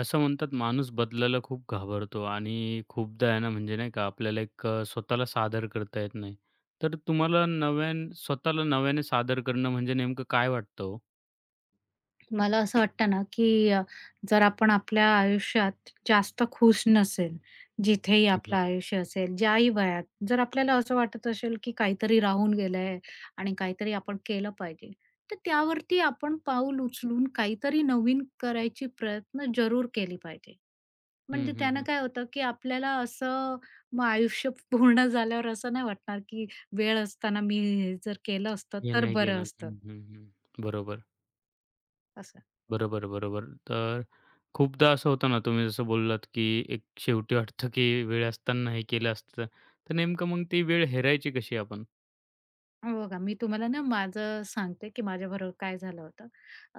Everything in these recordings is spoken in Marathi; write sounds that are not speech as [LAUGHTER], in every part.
असं म्हणतात माणूस बदलायला खूप घाबरतो आणि खूपदा आहे ना म्हणजे नाही का आपल्याला एक स्वतःला सादर करता येत नाही. तर तुम्हाला स्वतःला नव्याने सादर करणं म्हणजे नेमकं काय वाटतं हो? मला असं वाटतं ना, की जर आपण आपल्या आयुष्यात जास्त खुश नसेल, जिथेही हं, हं. आपलं आयुष्य असेल, ज्याही वयात, जर आपल्याला असं वाटत असेल, की काहीतरी राहून गेलंय आणि काहीतरी आपण केलं पाहिजे, तर त्यावरती आपण पाऊल उचलून काहीतरी नवीन करायची प्रयत्न जरूर केली पाहिजे. हं, म्हणजे त्यानं हं, काय होतं, की आपल्याला असं मग आयुष्य [LAUGHS] पूर्ण झाल्यावर असं नाही वाटणार, की वेळ असताना मी हे जर केलं असतं हे तर नाही बरं केलं. असतं, हं, हं, हं. बरोबर. असं. बरोबर, बरोबर. तर खूपदा असं होतं ना तुम्ही जसं बोललात, की एक शेवटी वाटतं, की वेळ असताना हे केलं असतं. तर नेमकं मग ती वेळ हेरायची कशी आपण? हो बघा, मी तुम्हाला ना माझं सांगते, की माझ्याबरोबर काय झालं होतं.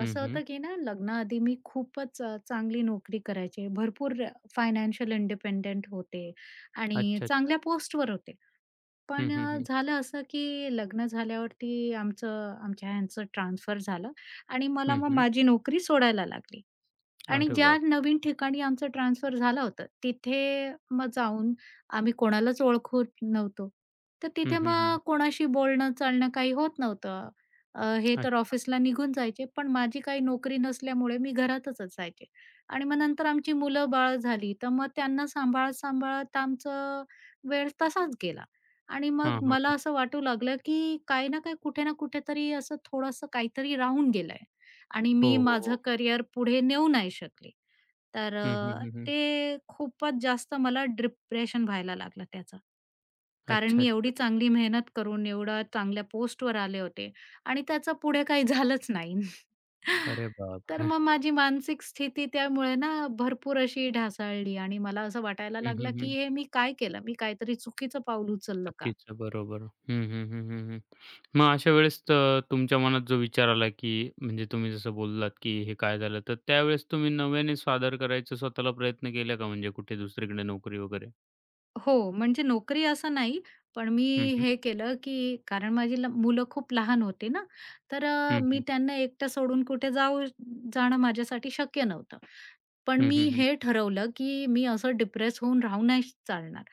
हं, असं हं. होतं, की ना लग्नाआधी मी खूपच चांगली नोकरी करायचे. भरपूर फायनान्शियल इंडिपेंडंट होते आणि अच्छा, अच्छा. चांगल्या पोस्टवर होते. हं, पण हं, हं. झालं असं, की लग्न झाल्यावरती आमचं आमच्या ह्यांचं ट्रान्सफर झालं आणि मला हं, मग हं. माझी नोकरी सोडायला लागली. आणि अरे ज्या बाप! नवीन ठिकाणी आमचं ट्रान्सफर झालं होतं, तिथे मग जाऊन आम्ही कोणालाच ओळखत नव्हतो. तर हं, तिथे हं, हं. मग कोणाशी बोलणं, चालणं काही होत नव्हतं. हे अच्छा. तर ऑफिसला निघून जायचे, पण माझी काही नोकरी नसल्यामुळे मी घरातच असायचे. आणि मग नंतर आमची मुलं-बाळं झाली, तर मग त्यांना सांभाळत-सांभाळत आमचं वेळ तसाच गेला. आणि हां, मग मला हां. असं वाटू लागलं, की काही ना काही, कुठे ना कुठेतरी असं थोडंसं काहीतरी राहून गेलंय. आणि हो, मी हो, माझं हो. करिअर पुढे नेऊ नाही शकले. तर हं, हं, हं, हं. ते खूपच जास्त मला डिप्रेशन व्हायला लागलं त्याचं. कारण अच्छा, मी अच्छा, एवढी अच्छा. चांगली मेहनत करून एवढ्या चांगल्या पोस्टवर आले होते आणि त्याचं पुढे काही झालंच नाही. अरे [LAUGHS] तर बापरे! मग माझी मानसिक स्थिती त्यामुळे ना भरपूर अशी ढासळली आणि मला असं वाटायला हं, लागलं, हं, की हं. हे मी काय केलं? मी काहीतरी चुकीचं पाऊल उचललं का? चुकीचं. बरोबर. हं, हं, हं, हं, हं. मग अशा वेळेस तुमच्या मनात जो विचार आला, की म्हणजे तुम्ही जसं बोललात, की हे काय झालं? तर त्यावेळेस तुम्ही नव्याने सादर करायचा स्वतःला प्रयत्न केला का? म्हणजे कुठे दुसरीकडे नोकरी वगैरे? हो, म्हणजे नोकरी असं नाही, पण मी हं, हं. हे केलं, की कारण माझी मुलं खूप लहान होती ना, तर हं, मी हं. त्यांना एकटं सोडून कुठे जाऊ जाणं माझ्यासाठी शक्य नव्हतं. पण हं, मी हं, हं. हे ठरवलं, की मी असं डिप्रेस होऊन राहू नाही चालणार.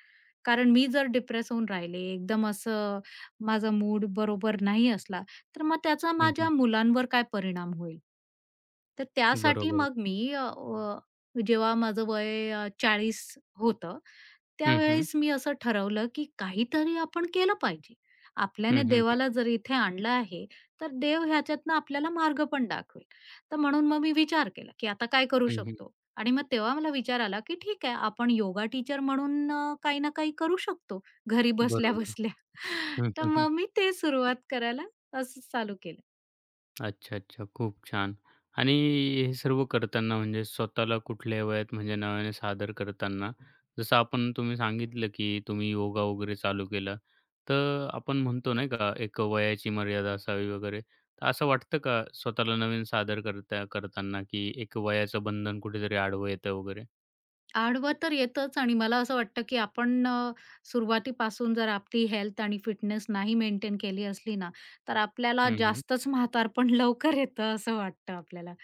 कारण मी जर डिप्रेस होऊन राहिले, एकदम असं माझा मूड बरोबर नाही असला, तर मग त्याचा हं, माझ्या हं. मुलांवर काय परिणाम होईल? तर त्यासाठी बरोबर. मग मी अ, अ, जेव्हा माझं वय 40 होतं, हं, हं. त्यावेळेस मी असं ठरवलं, की काहीतरी आपण केलं पाहिजे. हं, आपल्याने हं, हं. देवाला जर इथे आणलं आहे, तर देव ह्याच्यातनं आपल्याला मार्ग पण दाखवेल. तर म्हणून मग मी विचार केला, की आता काय करू हं, हं. शकतो? आणि मग तेव्हा मला विचार आला, की ठीक आहे आपण योगा टीचर म्हणून काही ना काही करू शकतो, घरी बरोबर. बसल्या-बसल्या. [LAUGHS] हं, तर हं, हं. मग मी ते सुरुवात करायला असं चालू केलं. अच्छा, अच्छा. खूप छान. आणि हे सर्व करताना म्हणजे स्वतःला कुठल्या वयात म्हणजे नव्याने सादर करताना, जसं आपण तुम्ही सांगितलं, की तुम्ही योगा वगैरे चालू केला. तर आपण म्हणतो नाही का, एक वयाची मर्यादा असावी वगैरे. तर असं वाटतं का स्वतःला नवीन सादर करता करताना, की एक वयाचं बंधन कुठेतरी आडवं येतं वगैरे? आडवं तर येतच आणि मला असं वाटतं, की आपण सुरुवातीपासून जर आपली हेल्थ आणि फिटनेस नाही मेंटेन केली असली ना, तर आपल्याला हं, हं. जास्तच म्हातारपण [LAUGHS] लवकर येतं असं वाटतं आपल्याला.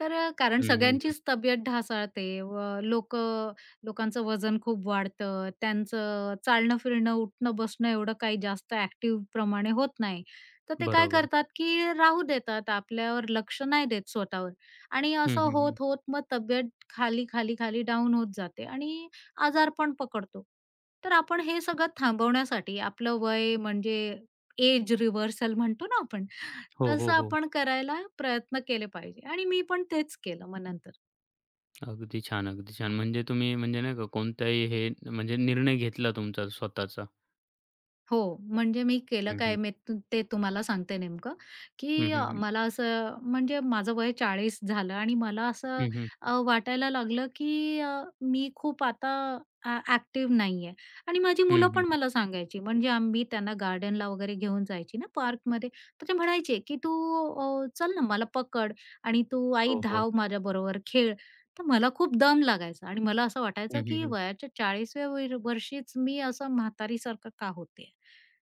तर कारण हं, हं, हं. सगळ्यांचीच तब्येत ढासळते व लोकांचं वजन खूप वाढतं. त्यांचं चालणं-फिरणं, उठणं-बसणं एवढं काही जास्त ॲक्टिव्ह प्रमाणे होत नाही. तर ते काय बरोबर. करतात, की राहू देतात. आपल्यावर लक्ष नाही देत स्वतःवर आणि हं, असं हं, हं. होत-होत मग तब्येत खाली, खाली, खाली डाउन होत जाते आणि आजारपण पकडतो. तर आपण हे सगळं थांबवण्यासाठी आपलं वय म्हणजे एज रिव्हर्सल म्हणतो ना आपण, हो, हो, तसं हो. आपण करायला प्रयत्न केले पाहिजे आणि मी पण तेच केलं मग नंतर. अगदी छान, अगदी छान. म्हणजे तुम्ही म्हणजे नाही का कोणताही हे म्हणजे निर्णय घेतला तुमचा स्वतःचा. हो, म्हणजे मी केलं हं, काय हं. मी ते तुम्हाला सांगते नेमकं, हं, की हं, हं. मला असं म्हणजे माझं वय 40 झालं आणि मला असं हं, हं. वाटायला लागलं, की मी खूप आता ॲक्टिव्ह आणि माझी हं, मुलं हं. पण मला सांगायची म्हणजे आम्ही त्यांना गार्डनला वगैरे घेऊन जायची ना पार्कमध्ये, तर ते म्हणायचे, की "तू चल ना मला पकड आणि तू आई हो, हो. धाव माझ्याबरोबर, खेळ." तर मला खूप दम लागायचा आणि मला असं वाटायचं, हं, हं, की हं. वयाच्या 40व्या वर्षीच मी असं म्हातारीसारखं का होते.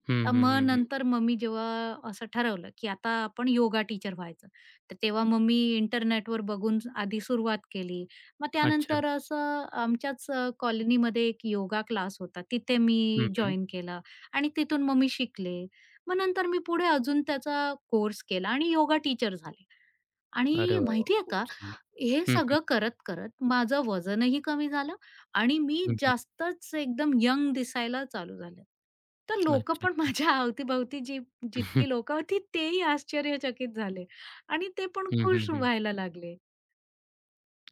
हं, तर हं, मग हं, हं. नंतर मम्मी जेव्हा असं ठरवलं, की आता आपण योगा टीचर व्हायचं. तर तेव्हा मग मी इंटरनेटवर बघून आधी सुरुवात केली. मग अच्छा. त्यानंतर असं आमच्याच कॉलनीमध्ये एक योगा क्लास होता. तिथे हं, मी हं. जॉइन केला आणि तिथून मग मी शिकले. मग नंतर मी पुढे अजून त्याचा कोर्स केला आणि योगा टीचर झाले. अरे आणि वाह, वाह! माहितीये खूप का, छान. हे हं, हं. सगळं करत-करत माझं वजनही कमी झालं आणि मी हं, हं. जास्तच एकदम यंग दिसायला चालू झाले. तर अच्छा, लोकं पण अच्छा. [LAUGHS] माझ्या अवती-भवती [LAUGHS] जितकी लोकं होती तेही आश्चर्यचकित झाले आणि ते पण हं, हं, खुश हं. व्हायला लागले.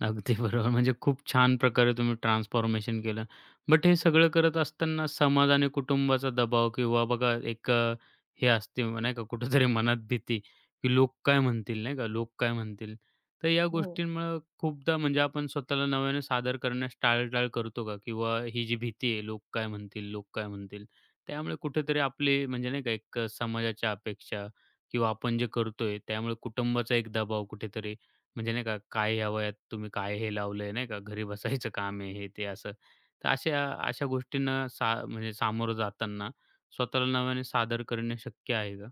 अगदी बरोबर. म्हणजे खूप छान प्रकारे तुम्ही ट्रान्सफॉर्मेशन केलं. बट हे सगळं करत असताना समाज आणि कुटुंबाचा दबाव किंवा बघा एक हे असते नाही का कुठेतरी मनात भीती, की लोक काय म्हणतील नाही का, लोक काय म्हणतील? तर या हो. गोष्टींमुळं खूपदा म्हणजे आपण स्वतःला नव्याने सादर करण्यास टाळाटाळ करतो का? किंवा ही जी भीती आहे, लोक काय म्हणतील, लोक काय म्हणतील? त्यामुळे कुठेतरी आपले म्हणजे नाही का एक समाजाच्या अपेक्षा किंवा आपण जे करतोय त्यामुळे कुटुंबाचा एक दबाव कुठेतरी म्हणजे नाही का, काय ह्या वयात तुम्ही काय हे लावलंय, नाही का, घरी बसायचं काम आहे, हे ते असं. तर अशा अशा गोष्टींना म्हणजे सामोरं जाताना स्वतःला नव्याने सादर करणे शक्य आहे का?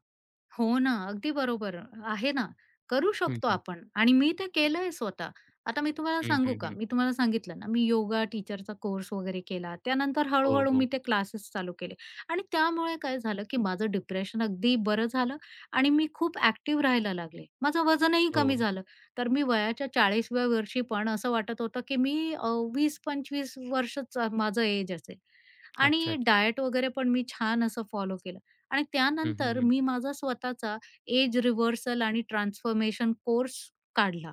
हो ना, अगदी बरोबर आहे ना. करू हं, शकतो हं. आपण आणि मी ते केलंय स्वतः. आता मी तुम्हाला हं, सांगू हं, का? हं. मी तुम्हाला सांगितलं ना, मी योगा टीचरचा कोर्स वगैरे केला. त्यानंतर हो, हळू-हळू हो. मी ते क्लासेस चालू केले आणि त्यामुळे काय झालं, की माझं डिप्रेशन अगदी बरं झालं आणि मी खूप ॲक्टिव्ह राहायला लागले. माझं वजनही हो. कमी झालं. तर मी वयाच्या 40व्या वर्षी पण असं वाटत होतं, की मी 20-25 वर्षच माझं एज असेल अच्छा, आणि अच्छा. डायट वगैरे पण मी छान असं फॉलो केलं. आणि हं, हं, त्यानंतर हं. मी माझा स्वतःचा एज रिव्हर्सल आणि ट्रान्सफॉर्मेशन कोर्स काढला.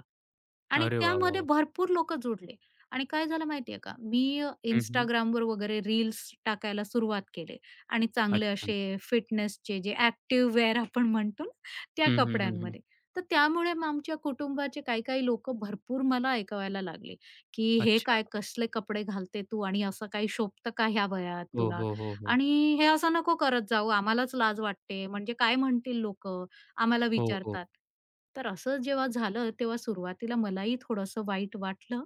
आणि अरे वाह, वाह, त्यामध्ये वाह! भरपूर लोकं जुडले आणि काय झालं माहितीये का, मी हं, हं. Instagramवर वगैरे रील्स टाकायला सुरुवात केले आणि चांगले अच्छा. असे फिटनेसचे जे एक्टिव्ह वेअर आपण म्हणतो ना, त्या हं, हं, हं, हं. कपड्यांमध्ये. तर त्यामुळे मग आमच्या कुटुंबाचे काही-काही लोकं भरपूर मला ऐकवायला लागले, की "हे अच्छा. काय कसले कपडे घालते तू आणि असं काही शोभतं का ह्या वयात हो, तुला? हो, हो, हो. आणि हे असं नको करत जाऊ, आम्हालाच लाज वाटते. म्हणजे काय म्हणतील लोकं?" आम्हाला हो, हो. विचारतात. तर असं जेव्हा झालं तेव्हा सुरुवातीला मलाही थोडंसं वाईट वाटलं,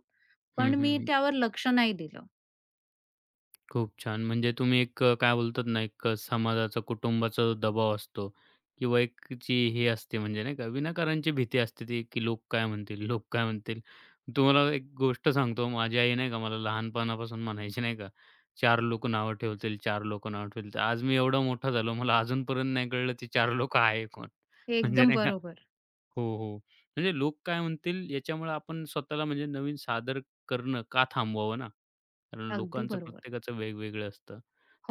हं, पण हं, मी हं. त्यावर लक्ष नाही दिलं. खूप छान. म्हणजे तुम्ही एक काय बोलतात ना, एक समाजाचा, कुटुंबाचा जो दबाव असतो किंवा एक जी हे असते म्हणजे नाही का, विनाकारणची भीती असते ती, की लोक काय म्हणतील? लोक काय म्हणतील? तुम्हाला एक गोष्ट सांगतो, माझी आई नाही का मला लहानपणापासून म्हणायची नाही का, 4 लोकं नावं ठेवतील, 4 लोकं नावं ठेवतील. आज मी एवढा मोठा झालो, मला अजूनपर्यंत नाही कळलं ती चार लोक आहे कोण? हे [LAUGHS] म्हणजे एकदम नाही का बरोबर. हो, हो. म्हणजे लोक काय म्हणतील याच्यामुळे आपण स्वतःला म्हणजे नवीन सादर करणं का थांबवावं ना? कारण अगदी लोकांचं बरोबर. प्रत्येकाचं वेगवेगळं असतं.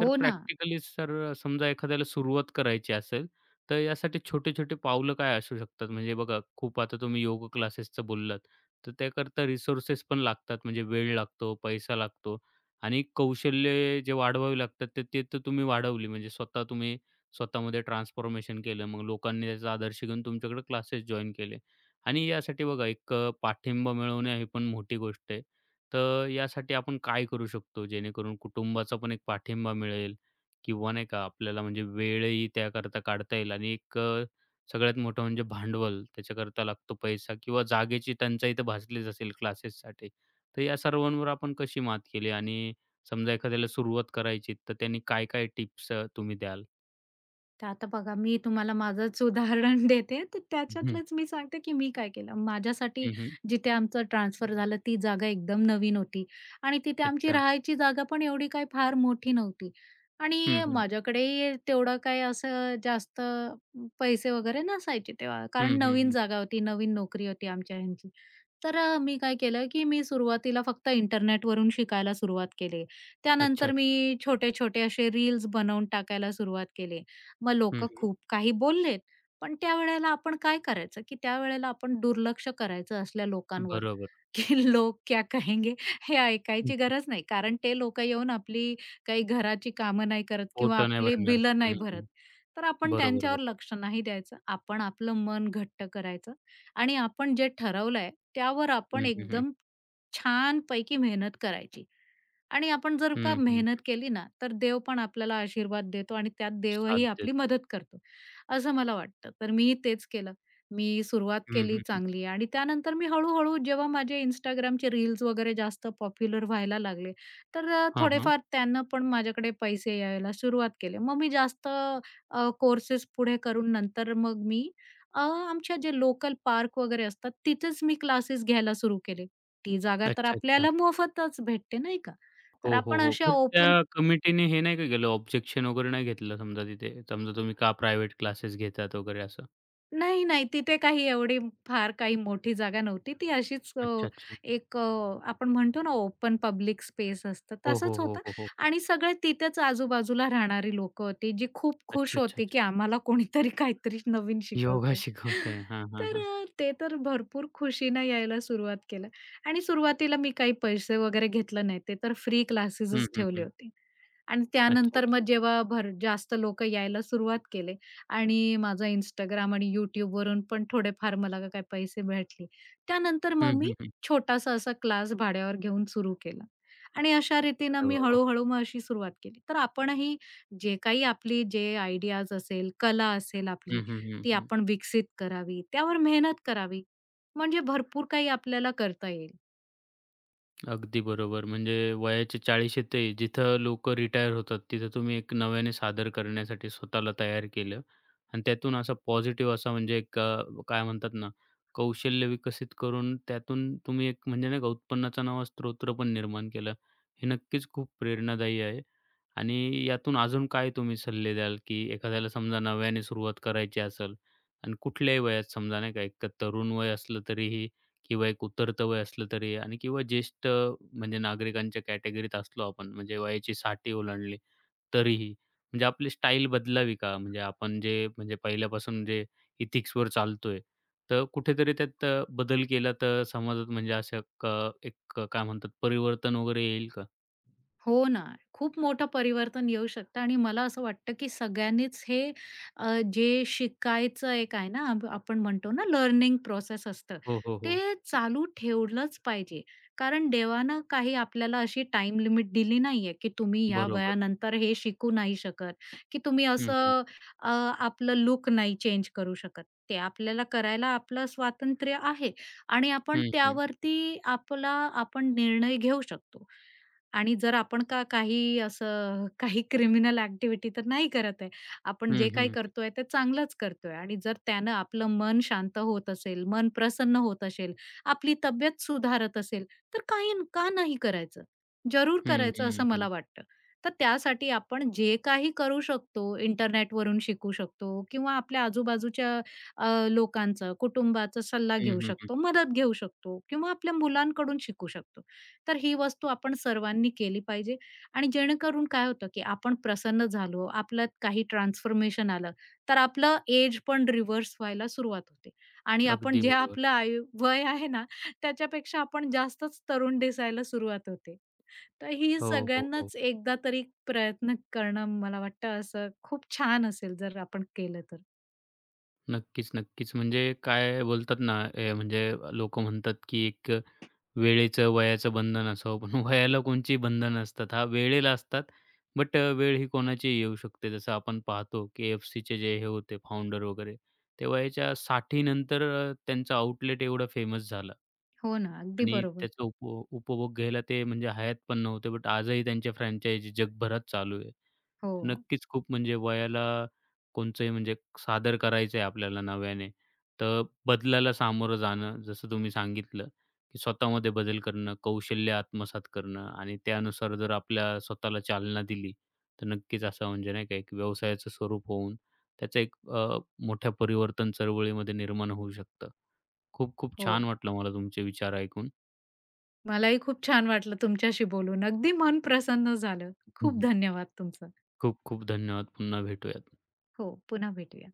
तर ना. प्रॅक्टिकली समजा एखाद्याला सुरुवात करायची असेल, तर यासाठी छोटे-छोटे पावलं काय असू शकतात? म्हणजे बघा खूप आता तुम्ही योग क्लासेसचं बोललात, तर त्याकरता रिसोर्सेस पण लागतात म्हणजे वेळ लागतो, पैसा लागतो आणि कौशल्य जे वाढवावी लागतात तर ते तर तुम्ही वाढवली म्हणजे स्वतः तुम्ही स्वतःमध्ये ट्रान्सफॉर्मेशन केलं. मग लोकांनी त्याचा आदर्श घेऊन तुमच्याकडे क्लासेस जॉइन केले आणि यासाठी बघा एक पाठिंबा मिळवणे ही पण मोठी गोष्ट आहे. तर यासाठी आपण काय करू शकतो जेणेकरून कुटुंबाचा पण एक पाठिंबा मिळेल किंवा नाही का आपल्याला म्हणजे वेळही त्याकरता काढता येईल आणि एक सगळ्यात मोठं म्हणजे भांडवल त्याच्याकरता लागतो पैसा किंवा जागेची टंचाई तर भासलीच असेल क्लासेससाठी. तर या सर्वांवर आपण कशी मात केली आणि समजा एखाद्याला सुरुवात करायची तर त्यांनी काय-काय टिप्स तुम्ही द्याल? तर आता बघा मी तुम्हाला माझंच उदाहरण [LAUGHS] देते. तर हं, त्याच्यातलंच मी सांगते, की मी काय केलं. माझ्यासाठी हं, हं. जिथे आमचं ट्रान्सफर झालं ती जागा एकदम नवीन होती आणि तिथे आमची अच्छा. राहायची जागा पण एवढी काही फार मोठी नव्हती हं, आणि हं. माझ्याकडेही तेवढं काही असं जास्त पैसे वगैरे नसायचे तेव्हा. कारण हं, हं, नवीन हं. जागा होती, नवीन नोकरी होती आमच्या ह्यांची. तर मी काय केलं, की मी सुरुवातीला फक्त इंटरनेटवरून शिकायला सुरुवात केली. अच्छा, त्यानंतर अच्छा. मी छोटे-छोटे असे रील्स बनवून टाकायला सुरुवात केली. मग हं, लोकं हं. खूप काही बोलले, पण त्यावेळेला आपण काय करायचं, की त्यावेळेला आपण दुर्लक्ष करायचं असल्या लोकांवर, बरोबर. की [LAUGHS] लोक क्या कहेंगे हे ऐकायची हं. गरज नाही. कारण ते लोकं येऊन आपली काही घराची कामं नाही करत किंवा पोट नाही आपली भरणार. बिलं नाही हं, भरत. हं. तर आपण बरोबर, त्यांच्यावर बरोबर. लक्ष नाही द्यायचं. आपण आपलं मन घट्ट करायचं. आणि आपण जे ठरवलंय त्यावर आपण हं, हं, हं. एकदम छान छानपैकी मेहनत करायची. आणि आपण जर का हं, हं. मेहनत केली ना, तर देव पण आपल्याला आशीर्वाद देतो आणि त्यात साथ देवही आपली देतात. मदत करतो, असं मला वाटतं. तर मीही तेच केलं. मी सुरुवात हं, केली हं, हं. चांगली आणि त्यानंतर मी हळू-हळू जेव्हा माझे Instagramचे रील्स वगैरे जास्त पॉप्युलर व्हायला लागले, तर हां, हां. थोडेफार त्यानं पण माझ्याकडे पैसे यायला सुरुवात केले. मग मी जास्त कोर्सेस पुढे करून नंतर मग मी आमच्या जे लोकल पार्क वगैरे असतात, तिथेच मी क्लासेस घ्यायला सुरू केले. ती जागा तर अच्छा, अच्छा. आपल्याला मोफतच भेटते, नाही का? हो, तर हो, आपण हो. अशा बट त्या ओपन कमिटीने हे नाही का केलं, ऑब्जेक्शन वगैरे नाही घेतलं समजा तिथे? समजा तुम्ही का प्रायव्हेट क्लासेस घेतात वगैरे असं? नाही, नाही. तिथे काही एवढी फार काही मोठी जागा नव्हती. ती अशीच अच्छा, अच्छा. एक आपण म्हणतो ना ओपन पब्लिक स्पेस असतं, हो, हो, तसंच हो, होतं हो, हो. आणि सगळे तिथेच आजूबाजूला राहणारी लोक होती, जी खूप अच्छा, खुश अच्छा, होती, अच्छा. की आम्हाला कोणीतरी काहीतरी नवीन योगा शिकवतंय. शिकवताय. हां, हां, तर हां. ते तर भरपूर खुशीनं यायला सुरुवात केलं आणि सुरुवातीला मी काही पैसे वगैरे घेतलं नाही. ते तर फ्री हं, क्लासेसच हं, ठेवले हं. होते आणि अच्छा, त्यानंतर मग अच्छा. जेव्हा भर जास्त लोकं यायला सुरुवात केले आणि माझा इंस्टाग्राम आणि YouTubeवरून पण थोडेफार मला काही पैसे भेटले. त्यानंतर हं, मग मी हं, हं. छोटासा असा क्लास भाड्यावर घेऊन सुरू केला आणि अशा रीतीनं अरे मी वाह, वाह! हळू-हळू मग अशी सुरुवात केली. तर आपणही जे काही आपली जे आयडियाज असेल, कला असेल आपली, हं, हं, हं, ती हं. आपण विकसित करावी, त्यावर मेहनत करावी. म्हणजे भरपूर काही आपल्याला करता येईल. अगदी बरोबर. म्हणजे वयाचे 40 येते जिथं लोकं रिटायर होतात, तिथं तुम्ही एक नव्याने सादर करण्यासाठी स्वतःला तयार केलं आणि त्यातून असा पॉझिटिव्ह असा म्हणजे एक काय म्हणतात ना, कौशल्य विकसित करून त्यातून तुम्ही एक म्हणजे नाही का उत्पन्नाचा नवा स्रोत पण निर्माण केला. हे नक्कीच खूप प्रेरणादायी आहे आणि यातून अजून काय तुम्ही सल्ले द्याल, की एखाद्याला समजा नव्याने सुरुवात करायची असेल आणि कुठल्याही वयात समजा नाही का, एक तर तरुण वय असलं तरीही किंवा एक उतरतं वय असलं तरी आणि किंवा ज्येष्ठ म्हणजे नागरिकांच्या कॅटेगरीत असलो आपण, म्हणजे वयाची साठी ओलांडली तरीही, म्हणजे आपली स्टाईल बदलावी का? म्हणजे आपण जे म्हणजे पहिल्यापासून जे इथिक्सवर चालतोय, तर कुठेतरी त्यात बदल केला तर समाजात म्हणजे असं एक काय म्हणतात परिवर्तन वगैरे येईल का? हो ना. खूप मोठं परिवर्तन येऊ शकतं आणि मला असं वाटतं, की सगळ्यांनीच हे अ, जे शिकायचं एक आहे ना, आपण म्हणतो ना लर्निंग प्रोसेस असतं, हो, हो, ते हो. चालू ठेवलंच पाहिजे. कारण देवानं काही आपल्याला अशी टाइम लिमिट दिली नाहीये, की तुम्ही ह्या बरोबर. वयानंतर हे शिकू नाही शकत, की तुम्ही हं, हं. असं अ, आपलं लूक नाही चेंज करू शकत. ते आपल्याला करायला आपलं स्वातंत्र्य आहे आणि आपण हं, हं. त्यावरती आपण निर्णय घेऊ शकतो. आणि जर आपण का काही असं [LAUGHS] काही क्रिमिनल ॲक्टिव्हिटी तर नाही करत आहे. आपण जे हं, काही हं. करतोय ते चांगलंच करतोय आणि जर त्यानं आपलं मन शांत होत असेल, मन प्रसन्न होत असेल, आपली तब्येत सुधारत असेल, तर काही का नाही करायचं? जरूर हं, करायचं हं, असं हं. मला वाटतं. तर त्यासाठी आपण जे काही करू शकतो, इंटरनेटवरून शिकू शकतो किंवा आपल्या आजूबाजूच्या लोकांचं, कुटुंबाचा सल्ला घेऊ हं, हं, शकतो, मदत घेऊ शकतो किंवा आपल्या मुलांकडून शिकू शकतो. तर ही वस्तू आपण सर्वांनी केली पाहिजे आणि जेणेकरून काय होतं, की आपण प्रसन्न झालो, आपल्यात काही ट्रान्सफॉर्मेशन आलं, तर आपलं एज पण रिव्हर्स व्हायला सुरुवात होते आणि आपण अगदी जे बरोबर. आपलं वय आहे ना, त्याच्यापेक्षा आपण जास्तच तरुण दिसायला सुरुवात होते. तर ही हो, हो, हो. सगळ्यांनाच एकदा तरी प्रयत्न करणं मला वाटतं असं खूप छान असेल जर आपण केलं तर. नक्कीच, नक्कीच. म्हणजे काय बोलतात ना, ए म्हणजे लोकं म्हणतात, की एक वेळेचं, वयाचं बंधन असावं. पण [LAUGHS] वयाला कोणची बंधनं असतात. हां, वेळेला असतात. बट वेळ ही कोणाचीही येऊ शकते. जसं आपण पाहतो, KFCचे जे हे होते फाउंडर वगैरे, ते वयाच्या 60 नंतर त्यांचं आउटलेट एवढं फेमस झालं. हो ना, अगदी आणि बरोबर. त्याचा उपभोग घ्यायला ते म्हणजे हयात पण नव्हते. बट आजही त्यांच्या फ्रँचाइजी जगभरात चालू आहे. हो, नक्कीच खूप म्हणजे वयाला कोणचंही म्हणजे सादर करायचं आहे आपल्याला नव्याने, तर बदलाला सामोरं जाणं, जसं तुम्ही सांगितलं, की स्वतःमध्ये बदल करणं, कौशल्य आत्मसात करणं आणि त्यानुसार जर आपल्या स्वतःला चालना दिली, तर नक्कीच असं म्हणजे नाही का एक व्यवसायाचं स्वरूप होऊन त्याचं एक मोठ्या परिवर्तन चळवळीमध्ये निर्माण होऊ शकतं. खूप खूप हो. छान वाटलं मला तुमचे विचार ऐकून. मलाही खूप छान वाटलं तुमच्याशी बोलून. अगदी मन प्रसन्न झालं. खूप हम्म. धन्यवाद तुमचं. खूप खूप धन्यवाद. पुन्हा भेटूयात. हो, पुन्हा भेटूया.